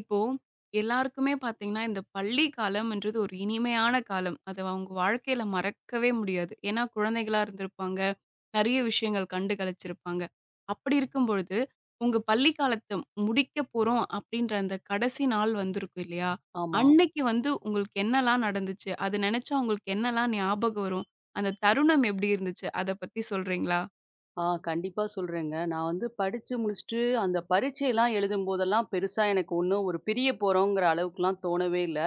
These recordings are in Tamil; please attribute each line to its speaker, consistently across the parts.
Speaker 1: இப்போ எல்லாருக்குமே பார்த்தீங்கன்னா, இந்த பள்ளி காலம்ன்றது ஒரு இனிமையான காலம். அத அவங்க வாழ்க்கையில மறக்கவே முடியாது. ஏன்னா, குழந்தைகளா இருந்திருப்பாங்க. நெறைய விஷயங்கள் கண்டு களிச்சிருப்பாங்க. அப்படி இருக்கும் பொழுது, உங்க பள்ளி காலத்த முடிக்க போறோம் அப்படின்ற அந்த கடைசி நாள் வந்திருக்கும் இல்லையா?
Speaker 2: ஆமா.
Speaker 1: அன்னைக்கு வந்து உங்களுக்கு என்னலாம் நடந்துச்சு? அது நெனச்சா உங்களுக்கு என்னலாம் ஞாபகம் வரும்? அந்த தருணம் எப்படி இருந்துச்சு? அத பத்தி சொல்றீங்களா?
Speaker 2: கண்டிப்பா சொல்றேங்க. நான் வந்து படிச்சு முடிச்சுட்டு, அந்த பரீட்சைலாம் எழுதும்போதெல்லாம் பெருசா எனக்கு ஒண்ணும் ஒரு பிரிய போறோங்கிற அளவுக்குலாம் தோணவே இல்ல.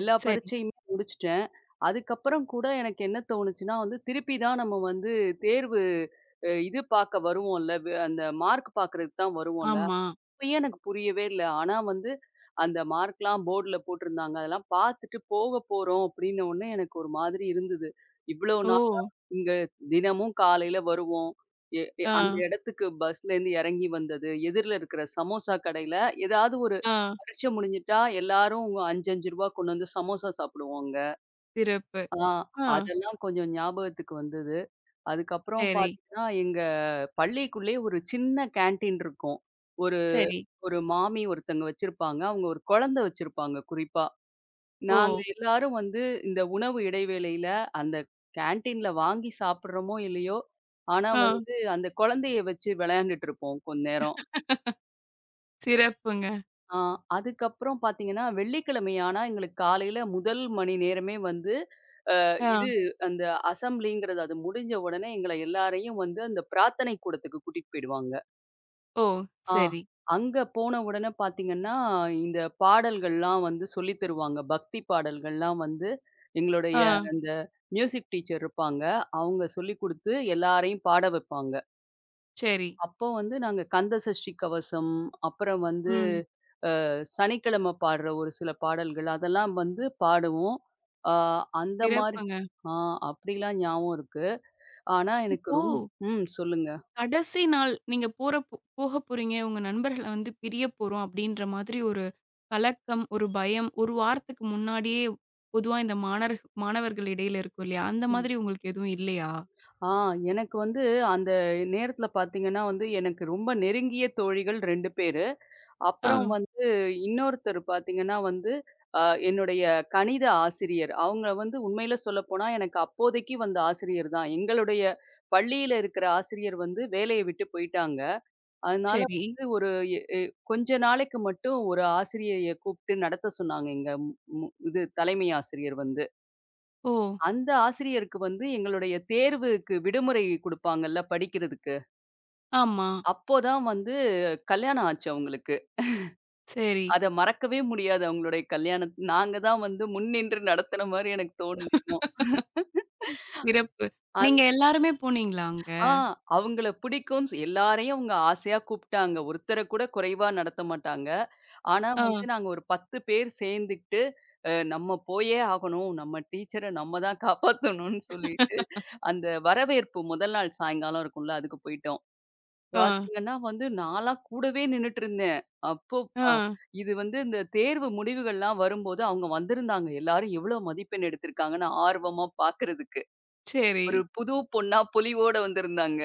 Speaker 2: எல்லா
Speaker 1: சரி.
Speaker 2: பரீட்சையுமே முடிச்சுட்டேன். அதுக்கப்புறம் கூட எனக்கு என்ன தோணுச்சுன்னா வந்து, திருப்பி தான் நம்ம வந்து தேர்வு அ இது பாக்க வருவோம்ல, அந்த மார்க் பாக்குறதுக்கு தான் வருவோம்ல.
Speaker 1: ஆமா.
Speaker 2: அப்பயே எனக்கு புரியவே இல்ல. ஆனா வந்து அந்த மார்க்லாம் போர்டுல போட்டிருந்தாங்க. அதெல்லாம் பாத்துட்டு போக போறோம் அப்டின்ன உடனே எனக்கு ஒரு மாதிரி இருந்தது. இவ்ளோ
Speaker 1: ஓ!
Speaker 2: நாள் இங்க தினமும் காலையில வருவோம். எ எ
Speaker 1: ஆ,
Speaker 2: அந்த இடத்துக்கு பஸ்லேருந்து இறங்கி வந்தது. எதிர்ல இருக்கிற சமோசா கடையில ஏதாவது ஒரு
Speaker 1: ஆ.
Speaker 2: பரீட்சை முடிஞ்சுட்டா எல்லாரும் ரூ. 5, 5 கொண்டு வந்து சமோசா சாப்பிடுவோம் அங்க.
Speaker 1: சிறப்பு.
Speaker 2: ஆ
Speaker 1: ஆ.
Speaker 2: அதெல்லாம் கொஞ்சம் ஞாபகத்துக்கு வந்தது. அதுக்கப்புறம்
Speaker 1: சரி,
Speaker 2: பார்த்தீங்கன்னா, எங்க பள்ளிக்குள்ளேயே ஒரு சின்ன கேன்டீன் இருக்கும். ஒரு
Speaker 1: சரி.
Speaker 2: ஒரு மாமி ஒருத்தங்க வச்சிருப்பாங்க. அவங்க ஒரு குழந்தை வச்சிருப்பாங்க குறிப்பா.
Speaker 1: ஓ!
Speaker 2: நாங்க எல்லாரும் வந்து இந்த உணவு இடைவேளையில அந்த கேன்டீன்ல வாங்கி சாப்பிடுறோமோ இல்லையோ, ஆனா
Speaker 1: ஆ.
Speaker 2: வந்து அந்த குழந்தைய வச்சு விளையாண்டுட்டு இருப்போம் கொஞ்ச நேரம்.
Speaker 1: சிறப்புங்க.
Speaker 2: ஆ அதுக்கப்புறம் பார்த்தீங்கன்னா, வெள்ளிக்கிழமை ஆனா எங்களுக்கு காலையில முதல் மணி நேரமே வந்து அ
Speaker 1: ஆ.
Speaker 2: இது அந்த அசெம்பிளிங்கிறது அது முடிஞ்ச உடனே எங்கள எல்லாரையும் வந்து அந்த பிரார்த்தனை கூடத்துக்கு கூட்டிட்டு போயிடுவாங்க.
Speaker 1: ஓ!
Speaker 2: ஆ.
Speaker 1: சரி.
Speaker 2: அங்க போன உடனே பார்த்தீங்கன்னா, இந்த பாடல்கள்லாம் வந்து சொல்லி தருவாங்க. பக்தி பாடல்கள்லாம் வந்து எங்களுடைய
Speaker 1: ஆ.
Speaker 2: அந்த மியூசிக் டீச்சர் இருப்பாங்க. அவங்க சொல்லிக் குடுத்து எல்லாரையும் பாட வைப்பாங்க.
Speaker 1: சரி.
Speaker 2: அப்போ வந்து நாங்க கந்த சஷ்டி கவசம், அப்புறம் வந்து
Speaker 1: ம்.
Speaker 2: சனிக்கிழமை பாடுற ஒரு சில பாடல்கள் அதெல்லாம் வந்து பாடுவோம். ஆ அந்த மாரி
Speaker 1: சிறப்புங்க.
Speaker 2: ஆ அப்படிலாம் ஞாபகம் இருக்கு. ஆனா எனக்கு
Speaker 1: இப்போ
Speaker 2: ம். சொல்லுங்க.
Speaker 1: கடைசி நாள் நீங்க போறப்போ போக போறீங்க. உங்க நண்பர்கள வந்து பிரிய போறோம் அப்டின்ற மாதிரி ஒரு கலக்கம், ஒரு பயம், 1 வாரத்துக்கு முன்னாடியே பொதுவா இந்த மாணவர்கள் இடையில இருக்கும் இல்லையா? அந்த மாதிரி உங்களுக்கு எதுவும் இல்லையா?
Speaker 2: ஆ எனக்கு வந்து அந்த நேரத்துல பாத்தீங்கன்னா வந்து, எனக்கு ரொம்ப நெருங்கிய தோழிகள் 2 பேரு.
Speaker 1: ஆ.
Speaker 2: அப்புறம் வந்து இன்னொருத்தர் பாத்தீங்கன்னா வந்து, அ என்னுடைய கணித ஆசிரியர். அவங்க வந்து உண்மையில சொல்லப்போனா, எனக்கு அப்போதைக்கு வந்த ஆசிரியர் தான். எங்களுடைய பள்ளியில இருக்கிற ஆசிரியர் வந்து வேலைய விட்டு போயிட்டாங்க. அதனால வந்து
Speaker 1: சரி.
Speaker 2: ஒரு எ எ கொஞ்ச நாளைக்கு மட்டும் ஒரு ஆசிரியைய கூப்பிட்டு நடத்த சொன்னாங்க எங்க மு மு இது தலைமை ஆசிரியர் வந்து.
Speaker 1: ஓ!
Speaker 2: அந்த ஆசிரியருக்கு வந்து எங்களுடைய தேர்வுக்கு விடுமுறை குடுப்பாங்கல்ல படிக்கிறதுக்கு.
Speaker 1: ஆமா.
Speaker 2: அப்போ தான் வந்து கல்யாணம் ஆச்சு அவங்களுக்கு.
Speaker 1: சரி.
Speaker 2: அத மறக்கவே முடியாது அவங்களுடைய கல்யாணம். நாங்க தான் வந்து முன்னின்று நடத்துன மாரி எனக்கு தோணுது இன்னும்.
Speaker 1: சிறப்பு.
Speaker 2: அந்
Speaker 1: நீங்க எல்லாருமே போனீங்களா அங்க?
Speaker 2: ஆ அவங்கள பிடிக்கும்னு எல்லாரையும் அவங்க ஆசையா கூப்பிட்டாங்க. ஒருத்தர கூட குறைவா நடத்த மாட்டாங்க. ஆனா வந்து
Speaker 1: ஆ.
Speaker 2: நாங்க ஒரு 10 பேர் சேர்ந்துக்கிட்டு, நம்ம போயே ஆகணும். நம்ம டீச்சர நம்ம தான் காப்பாத்தணும்னு சொல்லிட்டு, அந்த வரவேற்பு முதல் நாள் சாயங்காலம் இருக்கும்ல, அதுக்கு போயிட்டோம்.
Speaker 1: ஆ.
Speaker 2: பார்த்தீங்கன்னா வந்து, நான்லாம் கூடவே நின்னுட்டு இருந்தேன். அப்போ அ
Speaker 1: ஆ.
Speaker 2: இது வந்து இந்த தேர்வு முடிவுகள்லாம் வரும்போது, அவங்க வந்திருந்தாங்க. எல்லாரும் எவ்வளோ மதிப்பெண் எடுத்திருக்காங்கன்னு ஆர்வமா பார்க்கறதுக்கு.
Speaker 1: சரி.
Speaker 2: ஒரு புது பொண்ணா பொலிவோட வந்திருந்தாங்க.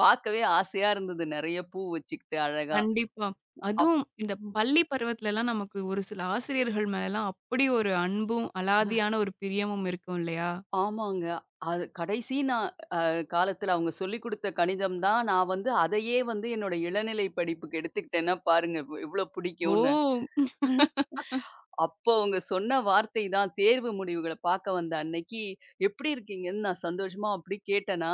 Speaker 2: பார்க்கவே ஆசையா இருந்தது. நெறைய பூ வச்சுக்கிட்டு அழகா.
Speaker 1: கண்டிப்பா.
Speaker 2: அப்
Speaker 1: அதுவும் இந்த
Speaker 2: ம்.
Speaker 1: பள்ளி பருவத்துலலாம் நமக்கு ஒரு சில ஆசிரியர்கள் மேலலாம் அப்படி ஒரு அன்பும், அலாதியான ஒரு பிரியமும் இருக்கும் இல்லையா?
Speaker 2: ஆமாங்க. அது கடைசி காலத்துல அவங்க சொல்லிக் குடுத்த கணிதம் தான், நான் வந்து அதையே வந்து என்னோட இளநிலை படிப்புக்கு எடுத்துக்கிட்டேன்னா பாருங்க, எவ்வளோ
Speaker 1: ஓ!
Speaker 2: பிடிக்கும்னு. அப்போ அவங்க சொன்ன வார்த்தை தான் தேர்வு முடிவுகள பார்க்க வந்த அன்னைக்கு, "எப்படி இருக்கீங்கன்னு?" நான் சந்தோஷமா அப்படி கேட்டேனா,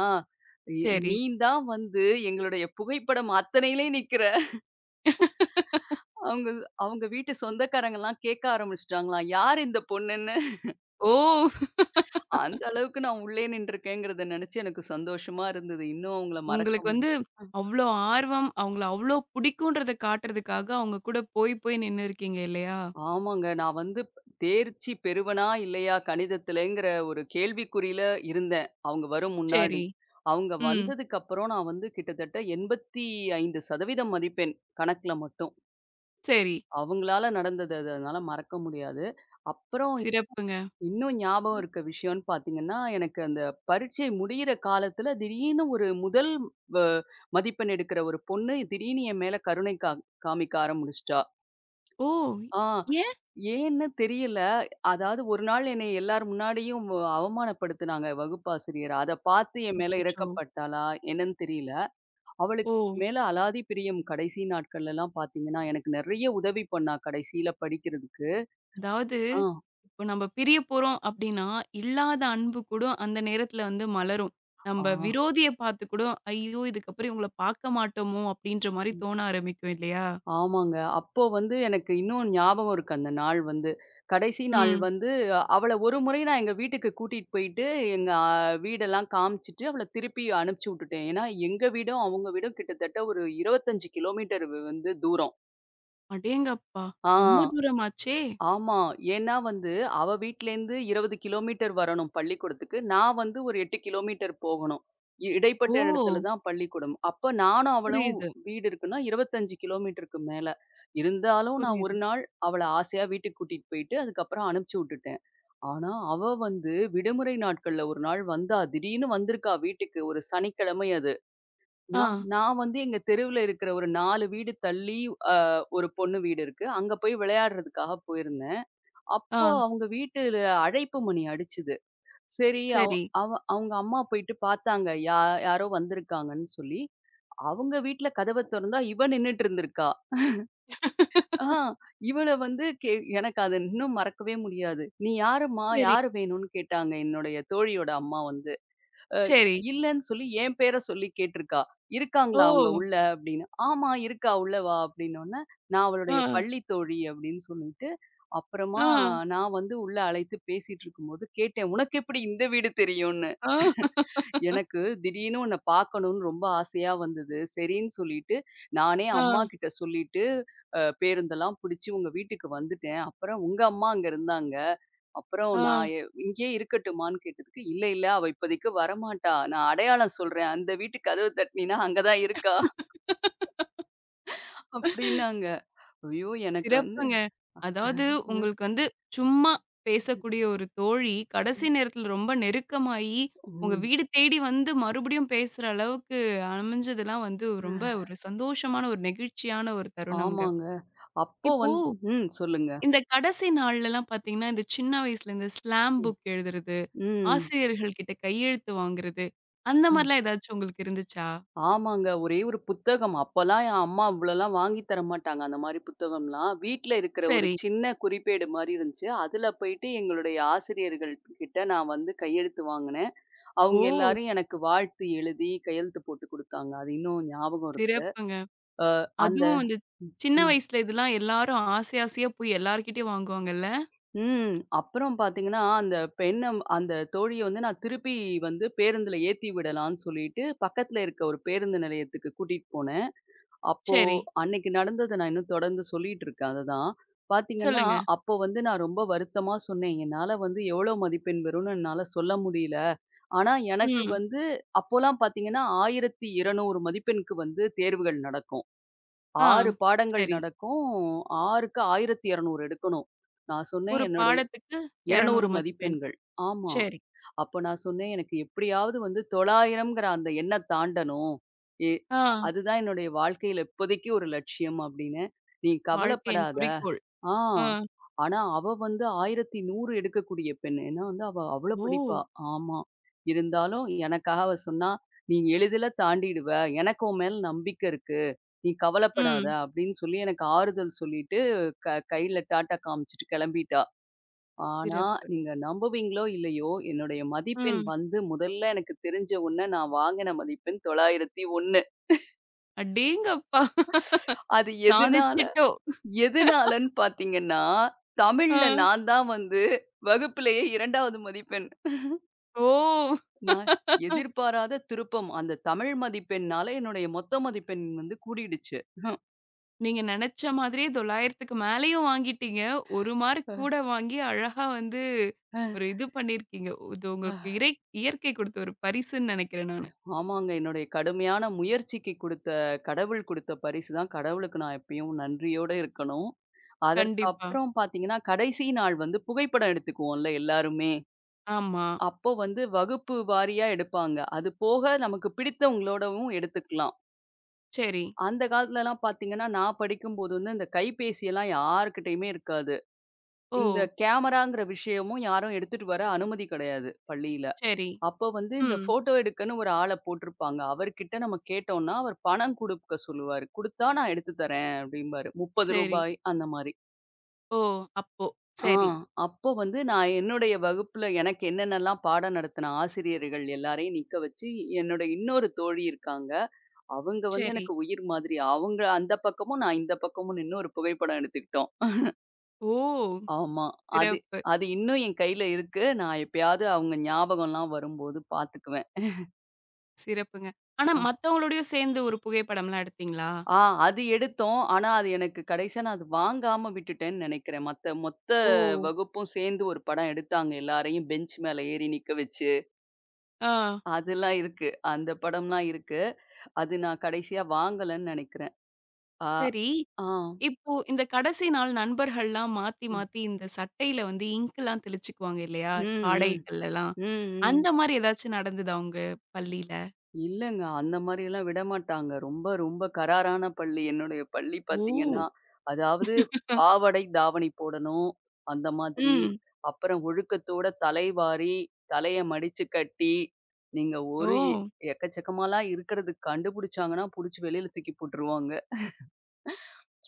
Speaker 2: "இ
Speaker 1: சரி.
Speaker 2: நீ தான் வந்து எங்களுடைய புகைப்படம் அத்தனையிலயும் நிக்கிற." அவங்க அவங்க வீட்டு சொந்தக்காரங்கலாம் கேட்க ஆரம்பிச்சுட்டாங்களாம், "யார் இந்த பொண்ணுன்னு?"
Speaker 1: ஓ!
Speaker 2: அந்த அளவுக்கு நான் உள்ளே நின்றுருக்கேங்கிறத நினைச்சு எனக்கு சந்தோஷமா இருந்தது. இன்னும் அவங்கள மறக்க
Speaker 1: உங்களுக்கு
Speaker 2: முடிய.
Speaker 1: வந்து அவ்ளோ ஆர்வம், அவங்கள அவ்ளோ புடிக்குன்றத காட்டுறதுக்காக அவங்க கூட போய் போய் நின்னு இருக்கீங்க இல்லையா?
Speaker 2: ஆமாங்க. நான் வந்து தேர்ச்சி பெறுவனா? இல்லையா? கணிதத்திலங்கிற ஒரு கேள்விக்குறியில இருந்தேன். அவங்க வரும் முன்னாடி.
Speaker 1: சரி.
Speaker 2: அவங்க
Speaker 1: ம்.
Speaker 2: வந்ததுக்கப்புறம் நான் வந்து கிட்டத்தட்ட 85% மதிப்பெண் கணக்குல மட்டும்.
Speaker 1: சரி.
Speaker 2: அவங்களால நடந்தது அது அதனால மறக்க முடியாது. அப்புறம்
Speaker 1: சிறப்புங்க.
Speaker 2: இன்னும் ஞாபகம் இருக்க விஷயம்ன்னு பார்த்தீங்கன்னா, எனக்கு அந்த பரீட்சை முடியிற காலத்துல திடீர்னு ஒரு முதல் வ மதிப்பெண் எடுக்கிற ஒரு பொண்ணு திடீர்னு என் மேல கருணை காமிக்க ஆரம்பிச்சுட்டா.
Speaker 1: ஓ!
Speaker 2: ஆ.
Speaker 1: ஏன்?
Speaker 2: ஏன்னு தெரியல. அதாவது ஒரு நாள் என்னைய எல்லார் முன்னாடியும் அவமானப்படுத்துனாங்க வகுப்பாசிரியர். அத பார்த்து என் மேல
Speaker 1: அச்சச்சோ!
Speaker 2: இரக்கப்பட்டாளா என்னன்னு தெரியல. அவளுக்கு
Speaker 1: ஓ!
Speaker 2: என் மேல அலாதி பிரியம் கடைசி நாட்கள்லலாம் பார்த்தீங்கன்னா, எனக்கு நெறைய உதவி பண்ணா கடைசியில படிக்கிறதுக்கு.
Speaker 1: அதாவது,
Speaker 2: ஆ.
Speaker 1: இப்போ நம்ம பிரிய போறோம் அப்டின்னா, இல்லாத அன்பு கூட அந்த நேரத்துல வந்து மலரும்.
Speaker 2: ஆ.
Speaker 1: நம்ப விரோதிய பார்த்து கூட, "ஐயோ! இதுக்கப்புறம் இவங்கள பார்க்க மாட்டோமோ!" அப்டின்ற மாரி தோண ஆரம்பிக்கும் இல்லையா?
Speaker 2: ஆமாங்க. அப்போ வந்து எனக்கு இன்னும் ஞாபகம் இருக்கு அந்த நாள் வந்து. கடைசி நாள்
Speaker 1: ம்.
Speaker 2: வந்து அவள ஒரு முறை நான் எங்க வீட்டுக்கு கூட்டிட்டு போயிட்டு, எங்க வீடெல்லாம் காமிச்சுட்டு, அவள திருப்பி அனுப்பிச்சு விட்டுட்டேன். ஏன்னா, எங்க வீடும், அவங்க வீடும் கிட்டத்தட்ட ஒரு 25 கிலோமீட்டர் வந்து தூரம்.
Speaker 1: அடேங்கப்பா!
Speaker 2: ஆ.
Speaker 1: ரொம்ப தூரமாச்சே!
Speaker 2: ஆமா. ஏன்னா வந்து, அவ வீட்லேருந்து 20 கிலோமீட்டர் வரணும் பள்ளிக்கூடத்துக்கு. நான் வந்து ஒரு 8 கிலோமீட்டர் போகணும். இடைப்பட்ட இடத்துல
Speaker 1: ஓ!
Speaker 2: தான் பள்ளிக்கூடம். அப்ப நானும் அவளும்
Speaker 1: புரியுது,
Speaker 2: வீடு இருக்குன்னா 25 கிலோமீட்டருக்கு மேல. இருந்தாலும் நான் ஒரு
Speaker 1: புரியுது.
Speaker 2: நாள் அவள ஆசையா வீட்டுக்கு கூட்டிட்டு போயிட்டு, அதுக்கப்புறம் அனுப்பிச்சு விட்டுட்டேன். ஆனா, அவ வந்து விடுமுறை நாட்கள்ல ஒரு நாள் வந்தா. திடீர்னு வந்திருக்கா வீட்டுக்கு. ஒரு சனிக்கிழமை அது.
Speaker 1: ஆ,
Speaker 2: நான் நான் வந்து எங்க தெருவுல இருக்கிற ஒரு 4 வீடு தள்ளி அ ஒரு பொண்ணு வீடு இருக்கு. அங்க போய் விளையாடுறதுக்காக போயிருந்தேன்.
Speaker 1: ஆ,
Speaker 2: அப்போ அவங்க வீட்டுல அழைப்பு மணி அடிச்சுது. சரி, அவ்
Speaker 1: சரி.
Speaker 2: அவ அவங்க அம்மா போயிட்டு பார்த்தாங்க. யாரோ வந்திருக்காங்கன்னு சொல்லி. அவங்க வீட்ல கதவ தொறந்தா, இவ நின்னுட்டு இருந்திருக்கா. ஆ இவள வந்து எனக்கு அத இன்னும் மறக்கவே முடியாது. "நீ யாரும்மா?
Speaker 1: சரி,
Speaker 2: யாரு வேணும்னு கேட்டாங்க" என்னுடைய தோழியோட அம்மா வந்து. அ
Speaker 1: சரி.
Speaker 2: இல்லன்னு சொல்லி என் பேர சொல்லி கேட்டிருக்கா. "இருக்காங்களா
Speaker 1: ஓ!
Speaker 2: அவங்க உள்ள?" அப்படின்னு. "ஆமா இருக்கா உள்ள வா" அப்படின்னோனே, நான் அவளுடைய
Speaker 1: ஆ,
Speaker 2: பள்ளி தோழி அப்படின்னு சொல்லிட்டு, அப்புறமா
Speaker 1: ஆ,
Speaker 2: நான் வந்து உள்ள அழைத்து பேசிட்டு இருக்கும்போது கேட்டேன், "உனக்கு எப்படி இந்த வீடு தெரியும்னு?"
Speaker 1: ஆ,
Speaker 2: எனக்கு திடீர்னு உன்னை பார்க்கணும்னு ரொம்ப ஆசையா வந்தது. சரின்னு சொல்லிட்டு, நானே
Speaker 1: ஆ,
Speaker 2: அம்மா கிட்ட சொல்லிட்டு, பேருந்தெல்லாம் புடிச்சு உங்க வீட்டுக்கு வந்துட்டேன். அப்புறம் உங்க அம்மா அங்க இருந்தாங்க. அப்புறம் நான் இங்கேயே இருக்கட்டுமான்னு கேட்டதுக்கு, "இல்ல, இல்ல அவ இப்போதைக்கு வரமாட்டா. நான் அடையாளம் சொல்றேன். அந்த வீட்டு கதவு தட்டினீன்னா அங்க தான் இருக்கா"
Speaker 1: ஆ.
Speaker 2: அப்படின்னாங்க. ஐயோ! எனக்கு வந்து
Speaker 1: சிறப்புங்க. அதாவது
Speaker 2: ம்,
Speaker 1: உங்களுக்கு வந்து சும்மா
Speaker 2: ம்,
Speaker 1: பேசக்கூடிய ஒரு தோழி, கடைசி
Speaker 2: ம்,
Speaker 1: நேரத்தில ரொம்ப நெருக்கமாயி, உங்க வீடு தேடி வந்து மறுபடியும் பேசுற அளவுக்கு அமைஞ்சதெல்லாம் வந்து ரொம்ப
Speaker 2: ம்.
Speaker 1: ஒரு சந்தோஷமான, ஒரு நெகிழ்ச்சியான ஒரு தருணம்ங்க.
Speaker 2: ஆமாங்க. அப்போ
Speaker 1: இப்போ
Speaker 2: வந்து ம். சொல்லுங்க.
Speaker 1: இந்த கடைசி நாள்லலாம் பார்த்தீங்கன்னா, இந்த சின்ன வயசுல இந்த ஸ்லாம்
Speaker 2: ம்,
Speaker 1: புக் எழுதுறது,
Speaker 2: ம்,
Speaker 1: ஆசிரியர்கள் கிட்ட கையெழுத்து வாங்குறது, அந்த
Speaker 2: ம்.
Speaker 1: மாரிலாம் ஏதாச்சும் உங்களுக்கு இருந்துச்சா?
Speaker 2: ஆமாங்க. ஒரே ஒரு புத்தகம். அப்பலாம் என் அம்மா இவ்வளோலாம் வாங்கி தர மாட்டாங்க. அந்த மாரி புத்தகம்லாம். வீட்ல இருக்கிற ஒரு
Speaker 1: சரி.
Speaker 2: சின்ன குறிப்பேடு மாரி இருந்துச்சு. அதுல போயிட்டு எங்களுடைய ஆசிரியர்கள் கிட்ட நான் வந்து கையெழுத்து வாங்குனேன்.
Speaker 1: ஓ!
Speaker 2: அவங்க எல்லாரும் எனக்கு வாழ்த்து எழுதி கையெழுத்து போட்டு குடுத்தாங்க. அது இன்னும் ஞாபகம் இருக்கு.
Speaker 1: சிறப்புங்க.
Speaker 2: அ அந்த
Speaker 1: அதுவும் இந்த சின்ன
Speaker 2: ம்.
Speaker 1: வயசுல இதெல்லாம் எல்லாரும் ஆசை ஆசையா போய் எல்லார்கிட்டயும் வாங்குவாங்கல்ல.
Speaker 2: ம். அப்புறம் பார்த்தீங்கன்னா, அந்த பெண்ண அந்த தோழிய வந்து நான் திருப்பி வந்து பேருந்துல ஏத்தி விடலான்னு சொல்லிட்டு, பக்கத்துல இருக்க ஒரு பேருந்து நிலையத்துக்கு கூட்டிட்டு போனேன். அப்போ
Speaker 1: சரி.
Speaker 2: அன்னைக்கு நடந்தத நான் இன்னும் தொடர்ந்து சொல்லிட்டு இருக்கேன் அததான். பார்த்தீங்கன்னா,
Speaker 1: சொல்லுங்க.
Speaker 2: அப்போ வந்து நான் ரொம்ப வருத்தமா சொன்னேன். என்னால வந்து எவ்வளோ மதிப்பெண் வரும்னு என்னால சொல்ல முடியல. ஆனா, எனக்கு
Speaker 1: ம்.
Speaker 2: வந்து அப்போலாம் பார்த்தீங்கன்னா, 1200 மதிப்பெண்க்கு வந்து தேர்வுகள் நடக்கும்.
Speaker 1: ஆ.
Speaker 2: 6 பாடங்கள்
Speaker 1: சரி.
Speaker 2: நடக்கும். 6க்கு 1200 எடுக்கணும். நான் சொன்னேன்
Speaker 1: ஒரு
Speaker 2: என்னுடைய
Speaker 1: பாடத்துக்கு
Speaker 2: 200
Speaker 1: 200 மதிப்பெண்.
Speaker 2: மதிப்பெண்கள். ஆமா.
Speaker 1: சரி.
Speaker 2: அப்ப நான் சொன்னேன், "எனக்கு எப்படியாவது வந்து 900ங்கிற அந்த எண்ண தாண்டணும். எ
Speaker 1: ஆ.
Speaker 2: அதுதான் என்னுடைய வாழ்க்கையில இப்போதைக்கு ஒரு லட்சியம்" அப்டின்னேன். "நீ
Speaker 1: வாழ்க்கையின்
Speaker 2: கவலைப்படாத.
Speaker 1: குறிக்கோள்.
Speaker 2: ஆ.
Speaker 1: ஆ.
Speaker 2: ஆனா, அவ வந்து 1100 எடுக்கக்கூடிய பெண். ஏன்னா வந்து அவ அவ்ளோ
Speaker 1: ஓ!
Speaker 2: படிப்பா. ஆமா. இருந்தாலும் எனக்காக அவ சொன்னா, "நீ எளிதில தாண்டிடுவ. எனக்கு உன் மேல நம்பிக்கை இருக்கு. நீ கவலைப்படாத"
Speaker 1: ம்.
Speaker 2: அப்படின்னு சொல்லி எனக்கு ஆறுதல் சொல்லிட்டு, கையில டாட்டா காமிச்சுட்டு கிளம்பிட்டா. ஆனா,
Speaker 1: சிறப்பு.
Speaker 2: நீங்க நம்புவீங்களோ இல்லையோ, என்னுடைய மதிப்பெண்
Speaker 1: ம்.
Speaker 2: வந்து முதல்ல எனக்கு தெரிஞ்ச உடனே நான் வாங்கின மதிப்பெண் 901.
Speaker 1: அடேங்கப்பா!
Speaker 2: அது
Speaker 1: சாதிச்சிட்டோம்.
Speaker 2: எதுனாலன்னு பார்த்தீங்கன்னா,
Speaker 1: ஆ.
Speaker 2: தமிழ்ல நான் தான் வந்து வகுப்பிலேயே 2வது மதிப்பெண்.
Speaker 1: ஓ!
Speaker 2: நான் எதிர்பாராத திருப்பம். அந்த தமிழ் மதிப்பெண்ணால என்னுடைய மொத்த மதிப்பெண் வந்து கூடிடுச்சு.
Speaker 1: நீங்க நெனச்ச மாதிரியே 900க்கு மேலயும் வாங்கிட்டீங்க. 1 மார்க்
Speaker 2: அஹ்,
Speaker 1: கூட வாங்கி அழகா வந்து
Speaker 2: அஹ்,
Speaker 1: ஒரு இது பண்ணியிருக்கீங்க. இது
Speaker 2: அஹ்.
Speaker 1: உங்களுக்கு இறை இயற்கை குடுத்த ஒரு பரிசுன்னு நெனைக்கிறேன் நானு.
Speaker 2: ஆமாங்க. என்னுடைய கடுமையான முயற்சிக்கு குடுத்த கடவுள் குடுத்த பரிசு தான். கடவுளுக்கு நான் எப்பயும் நன்றியோட இருக்கணும்.
Speaker 1: கண்டிப்பா.
Speaker 2: அதற்கப்புறம் பார்த்தீங்கன்னா, கடைசி நாள் வந்து புகைப்படம் எடுத்துக்குவோம்ல எல்லாருமே.
Speaker 1: ஆமா.
Speaker 2: அப்போ வந்து வகுப்பு வாரியா எடுப்பாங்க. அது போக நமக்கு பிடித்தவங்களோடவும் எடுத்துக்கலாம்.
Speaker 1: சரி.
Speaker 2: அந்த காலத்துலலாம் பார்த்தீங்கன்னா, நான் படிக்கும்போது வந்து இந்த கைபேசியெல்லாம் யார்கிட்டயுமே இருக்காது.
Speaker 1: ஓ!
Speaker 2: இந்த கேமராங்கிற விஷயமும் யாரும் எடுத்துட்டு வர அனுமதி கிடையாது பள்ளியில.
Speaker 1: சரி.
Speaker 2: அப்போ வந்து இந்த
Speaker 1: ம்.
Speaker 2: ஃபோட்டோ எடுக்கன்னு ஒரு ஆள போட்டிருப்பாங்க. அவர்கிட்ட நம்ம கேட்டோம்னா, அவர் பணம் குடுக்க சொல்லுவாரு. குடுத்தா நான் எடுத்து தரேன் அப்படிம்பாரு. ரூ.
Speaker 1: சரி.
Speaker 2: 30 அந்த மாரி.
Speaker 1: ஓ! அப்போ.
Speaker 2: ஆ
Speaker 1: சரி,
Speaker 2: அப்போ வந்து நான் என்னுடைய வகுப்புல எனக்கு என்னென்னலாம் பாடம் நடத்தின ஆசிரியர்கள் எல்லாரையும் நிக்க வச்சு, என்னோட இன்னொரு தோழி இருக்காங்க. அவங்க வந்து
Speaker 1: சரி.
Speaker 2: எனக்கு உயிர் மாதிரி. அவங்க அந்த பக்கமும், நான் இந்த பக்கமும் நின்னு ஒரு புகைப்படம் எடுத்துக்கிட்டோம்.
Speaker 1: ஓ!
Speaker 2: ஆமா. அது
Speaker 1: சிறப்பு,
Speaker 2: அது இன்னும் என் கையில இருக்கு. நான் எப்பயாவது அவங்க ஞாபகம்லாம் வரும்போது பாத்துக்குவேன்.
Speaker 1: சிறப்புங்க. ஆனா
Speaker 2: அ
Speaker 1: மத்தவங்களோடயும் சேர்ந்து ஒரு புகைப்படம்லாம் எடுத்தீங்களா?
Speaker 2: ஆ அது எடுத்தோம். ஆனா, அது எனக்கு கடைசியா நான் அது வாங்காம விட்டுட்டேன்னு நெனைக்கிறேன். மத்த மொத்த
Speaker 1: ஓ!
Speaker 2: வகுப்பும் சேர்ந்து ஒரு படம் எடுத்தாங்க. எல்லாரையும் பெஞ்ச் மேல ஏறி நிக்க வச்சு.
Speaker 1: ஆ.
Speaker 2: அதெல்லாம் இருக்கு. அந்த படம்லாம் இருக்கு. அது நான் கடைசியா வாங்கலன்னு நெனைக்கிறேன். ஆ.
Speaker 1: சரி.
Speaker 2: ஆ.
Speaker 1: இப்போ இந்த கடைசி நாள் நண்பர்கள்லாம் மாத்தி,
Speaker 2: ம்.
Speaker 1: மாத்தி இந்த சட்டையில வந்து இங்க்லாம் தெளிச்சுக்குவாங்க இல்லையா?
Speaker 2: ம், ம்.
Speaker 1: ஆடைகள்லலாம்.
Speaker 2: ம், ம்.
Speaker 1: அந்த மாரி ஏதாச்சும் நடந்ததா உங்க பள்ளியில?
Speaker 2: இல்லங்க. அந்த மாரியெல்லாம் விடமாட்டாங்க. ரொம்ப, ரொம்ப கராரான பள்ளி. என்னுடைய பள்ளி
Speaker 1: ஓ!
Speaker 2: பார்த்தீங்கன்னா, அதாவது பாவாடை, தாவணி போடணும். அந்த மாதிரி.
Speaker 1: ம்.
Speaker 2: அப்புறம் ஒழுக்கத்தோட தலைவாரி, தலைய மடிச்சு கட்டி, நீங்க
Speaker 1: ஓ!
Speaker 2: ஒரு எக்கச்சக்கமாலாம் இருக்கிறது கண்டுபிடிச்சாங்கன்னா, புடிச்சு வெளியில தூக்கி போட்டுருவாங்க.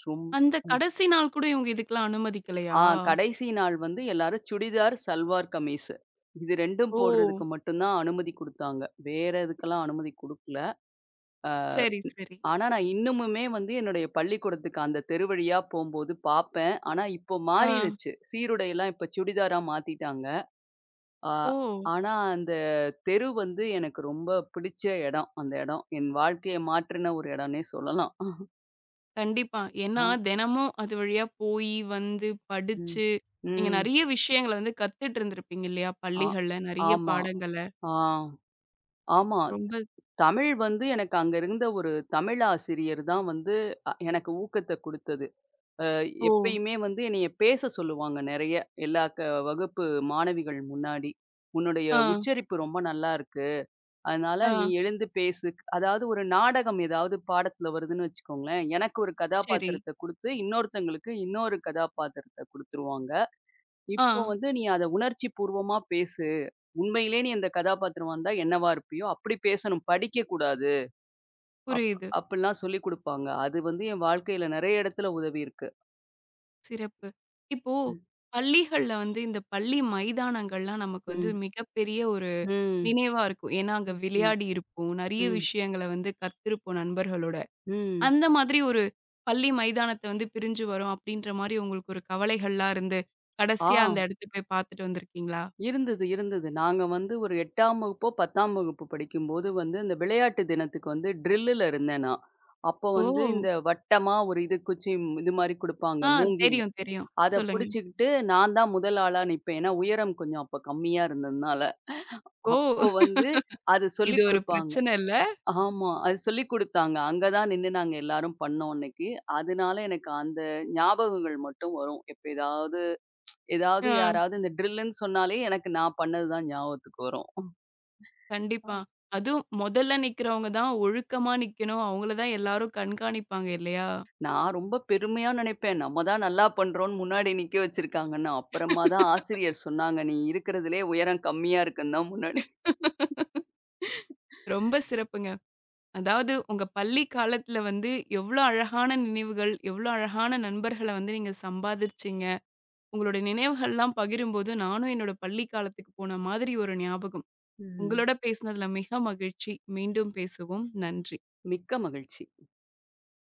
Speaker 2: ரொம்
Speaker 1: அந்த கடைசி நாள் கூட இவங்க இதுக்கெல்லாம் அனுமதிக்கலையா?
Speaker 2: ஆ கடைசி நாள் வந்து எல்லாரும் சுடிதார், சல்வார் கமீஸு. இது 2ம்
Speaker 1: ஓ!
Speaker 2: போடுறதுக்கு மட்டும் தான் அனுமதி குடுத்தாங்க. வேற எதுக்கெல்லாம் அனுமதி குடுக்கல. அ
Speaker 1: சரி, சரி.
Speaker 2: ஆனா, நான் இன்னமுமே வந்து என்னுடைய பள்ளிக்கூடத்துக்கு அந்த தெரு வழியா போம்போது பாப்பேன். ஆனா, இப்போ
Speaker 1: ஆ.
Speaker 2: மாறிருச்சு. சீருடைலாம் இப்ப சுடிதாரா மாத்திட்டாங்க. ஆ
Speaker 1: ஓ!
Speaker 2: ஆனா, அந்த தெரு வந்து எனக்கு ரொம்ப பிடிச்ச இடம். அந்த இடம். என் வாழ்க்கைய மாற்றின ஒரு இடம்னே சொல்லலாம்.
Speaker 1: கண்டிப்பா. ஏன்னா
Speaker 2: ஆ.
Speaker 1: தினமும் அது வழியா போயி, வந்து,
Speaker 2: ம்.
Speaker 1: படிச்சு, நீங்க
Speaker 2: ம்.
Speaker 1: நெறைய விஷயங்கள வந்து கத்துட்டு இருந்திருப்பீங்க இல்லையா?
Speaker 2: ஆ.
Speaker 1: பள்ளிகள்ல நெறைய
Speaker 2: ஆமா.
Speaker 1: பாடங்கள.
Speaker 2: ஆ. ஆமா.
Speaker 1: ரொம்ப
Speaker 2: தமிழ் வந்து எனக்கு அங்க இருந்த ஒரு தமிழ் ஆசிரியர் தான் வந்து எனக்கு ஊக்கத்த குடுத்தது.
Speaker 1: ஓ!
Speaker 2: எப்பயுமே வந்து என்னைய பேச சொல்லுவாங்க நிறைய எல்லா க வகுப்பு மாணவிகள் முன்னாடி. "உன்னுடைய
Speaker 1: ஆ,
Speaker 2: உச்சரிப்பு ரொம்ப நல்லா இருக்கு. அதனால நீ
Speaker 1: ஆ.
Speaker 2: எழுந்து பேசு." அதாவது ஒரு நாடகம் ஏதாவது பாடத்துல வருதுன்னு வச்சுக்கோங்களேன், எனக்கு ஒரு
Speaker 1: சரி.
Speaker 2: கதாபாத்திரத்த குடுத்து, இன்னொருத்தங்களுக்கு இன்னொரு கதாபாத்திரத்த குடுத்துருவாங்க.
Speaker 1: ஆ.
Speaker 2: இப்போ வந்து "நீ அத உணர்ச்சி பூர்வமா பேசு. உண்மையிலே நீ அந்த கதாபாத்திரமா இருந்தா என்னவா இருப்பியோ, அப்படி பேசணும். படிக்கக் கூடாது." அப்
Speaker 1: புரியுது.
Speaker 2: அப்படிலாம் சொல்லிக் குடுப்பாங்க. அது வந்து என் வாழ்க்கையில நிறைய இடத்துல உதவி இருக்கு.
Speaker 1: சிறப்பு. இப்போ
Speaker 2: ம்.
Speaker 1: பள்ளிகள்ல வந்து இந்த பள்ளி மைதானங்கள்லாம் நமக்கு வந்து
Speaker 2: ம்.
Speaker 1: மிகப்பெரிய ஒரு
Speaker 2: ம்.
Speaker 1: நினைவா இருக்கும். ஏன்னா, அங்க
Speaker 2: ம்.
Speaker 1: விளையாடி இருப்போம். நெறைய
Speaker 2: ம்.
Speaker 1: விஷயங்கள வந்து கத்திருப்போம் நண்பர்களோட.
Speaker 2: ம்.
Speaker 1: அந்த மாதிரி ஒரு பள்ளி மைதானத்த வந்து பிரிஞ்சு வரோம் அப்படின்ற மாரி உங்களுக்கு ஒரு கவலைகள்லாம் இருந்து,
Speaker 2: ஆ
Speaker 1: கடைசியா அந்த இடத்த போய் பார்த்துட்டு வந்திருக்கீங்களா?
Speaker 2: இருந்தது, இருந்தது. நாங்க வந்து ஒரு 8ஆம் வகுப்போ, 10ஆம் வகுப்பு படிக்கும்போது வந்து, இந்த விளையாட்டு தினத்துக்கு வந்து ட்ரில்லுல இருந்தேன் நான். அப்போ வந்து
Speaker 1: ஓ!
Speaker 2: இந்த வட்டமா ஒரு இது குச்சி இது மாரி குடுப்பாங்க,
Speaker 1: ஆ
Speaker 2: மூங்கில்.
Speaker 1: தெரியும், தெரியும்.
Speaker 2: அத
Speaker 1: சொல்லுங்க.
Speaker 2: புடிச்சுக்கிட்டு நான் தான் முதல் ஆளா நிப்பேன். ஏன்னா, உயரம் கொஞ்சம் அப்ப கம்மியா இருந்ததுனால.
Speaker 1: ஓ!
Speaker 2: அப்போ வந்து அது
Speaker 1: இது
Speaker 2: சொல்லிக்
Speaker 1: ஒரு
Speaker 2: குடுப்பாங்க.
Speaker 1: பிரச்சன இல்ல.
Speaker 2: ஆமா. அது சொல்லிக் குடுத்தாங்க. அங்க தான் நின்னு நாங்க எல்லாரும் பண்ணோம் அன்னைக்கு. அதனால எனக்கு அந்த ஞாபகங்கள் மட்டும் வரும் எப்ப ஏதாவது ஏதாவது
Speaker 1: ஆ.
Speaker 2: யாராவது இந்த ட்ரில்லுன்னு சொன்னாலே எனக்கு நான் பண்ணது தான் ஞாபகத்துக்கு வரும்.
Speaker 1: கண்டிப்பா. அதுவும் முதல்ல நிக்கிறவங்க தான் ஒழுக்கமா நிக்கணும். அவங்கள தான் எல்லாரும் கண்காணிப்பாங்க இல்லையா?
Speaker 2: நான் ரொம்ப பெருமையா நினைப்பேன். நம்ம தான் நல்லா பண்றோம்ன்னு முன்னாடி நிக்க வச்சிருக்காங்கன்னு. அப்புறமா தான் ஆசிரியர் சொன்னாங்க, "நீ இருக்கிறதிலே உயரம் கம்மியா இருக்குன்னு" தான் முன்னாடி.
Speaker 1: ரொம்ப சிறப்புங்க. அதாவது உங்க பள்ளி காலத்துல வந்து எவ்ளோ அழகான நினைவுகள், எவ்ளோ அழகான நண்பர்கள வந்து நீங்க சம்பாதிச்சீங்க. உங்களோட நினைவுகள்லாம் பகிரும்போது நானும் என்னோட பள்ளி காலத்துக்கு போன மாதிரி ஒரு ஞாபகம்.
Speaker 2: ம்.
Speaker 1: உங்களோட பேசினதுல மிக மகிழ்ச்சி. மீண்டும் பேசுவோம். நன்றி.
Speaker 2: மிக்க மகிழ்ச்சி.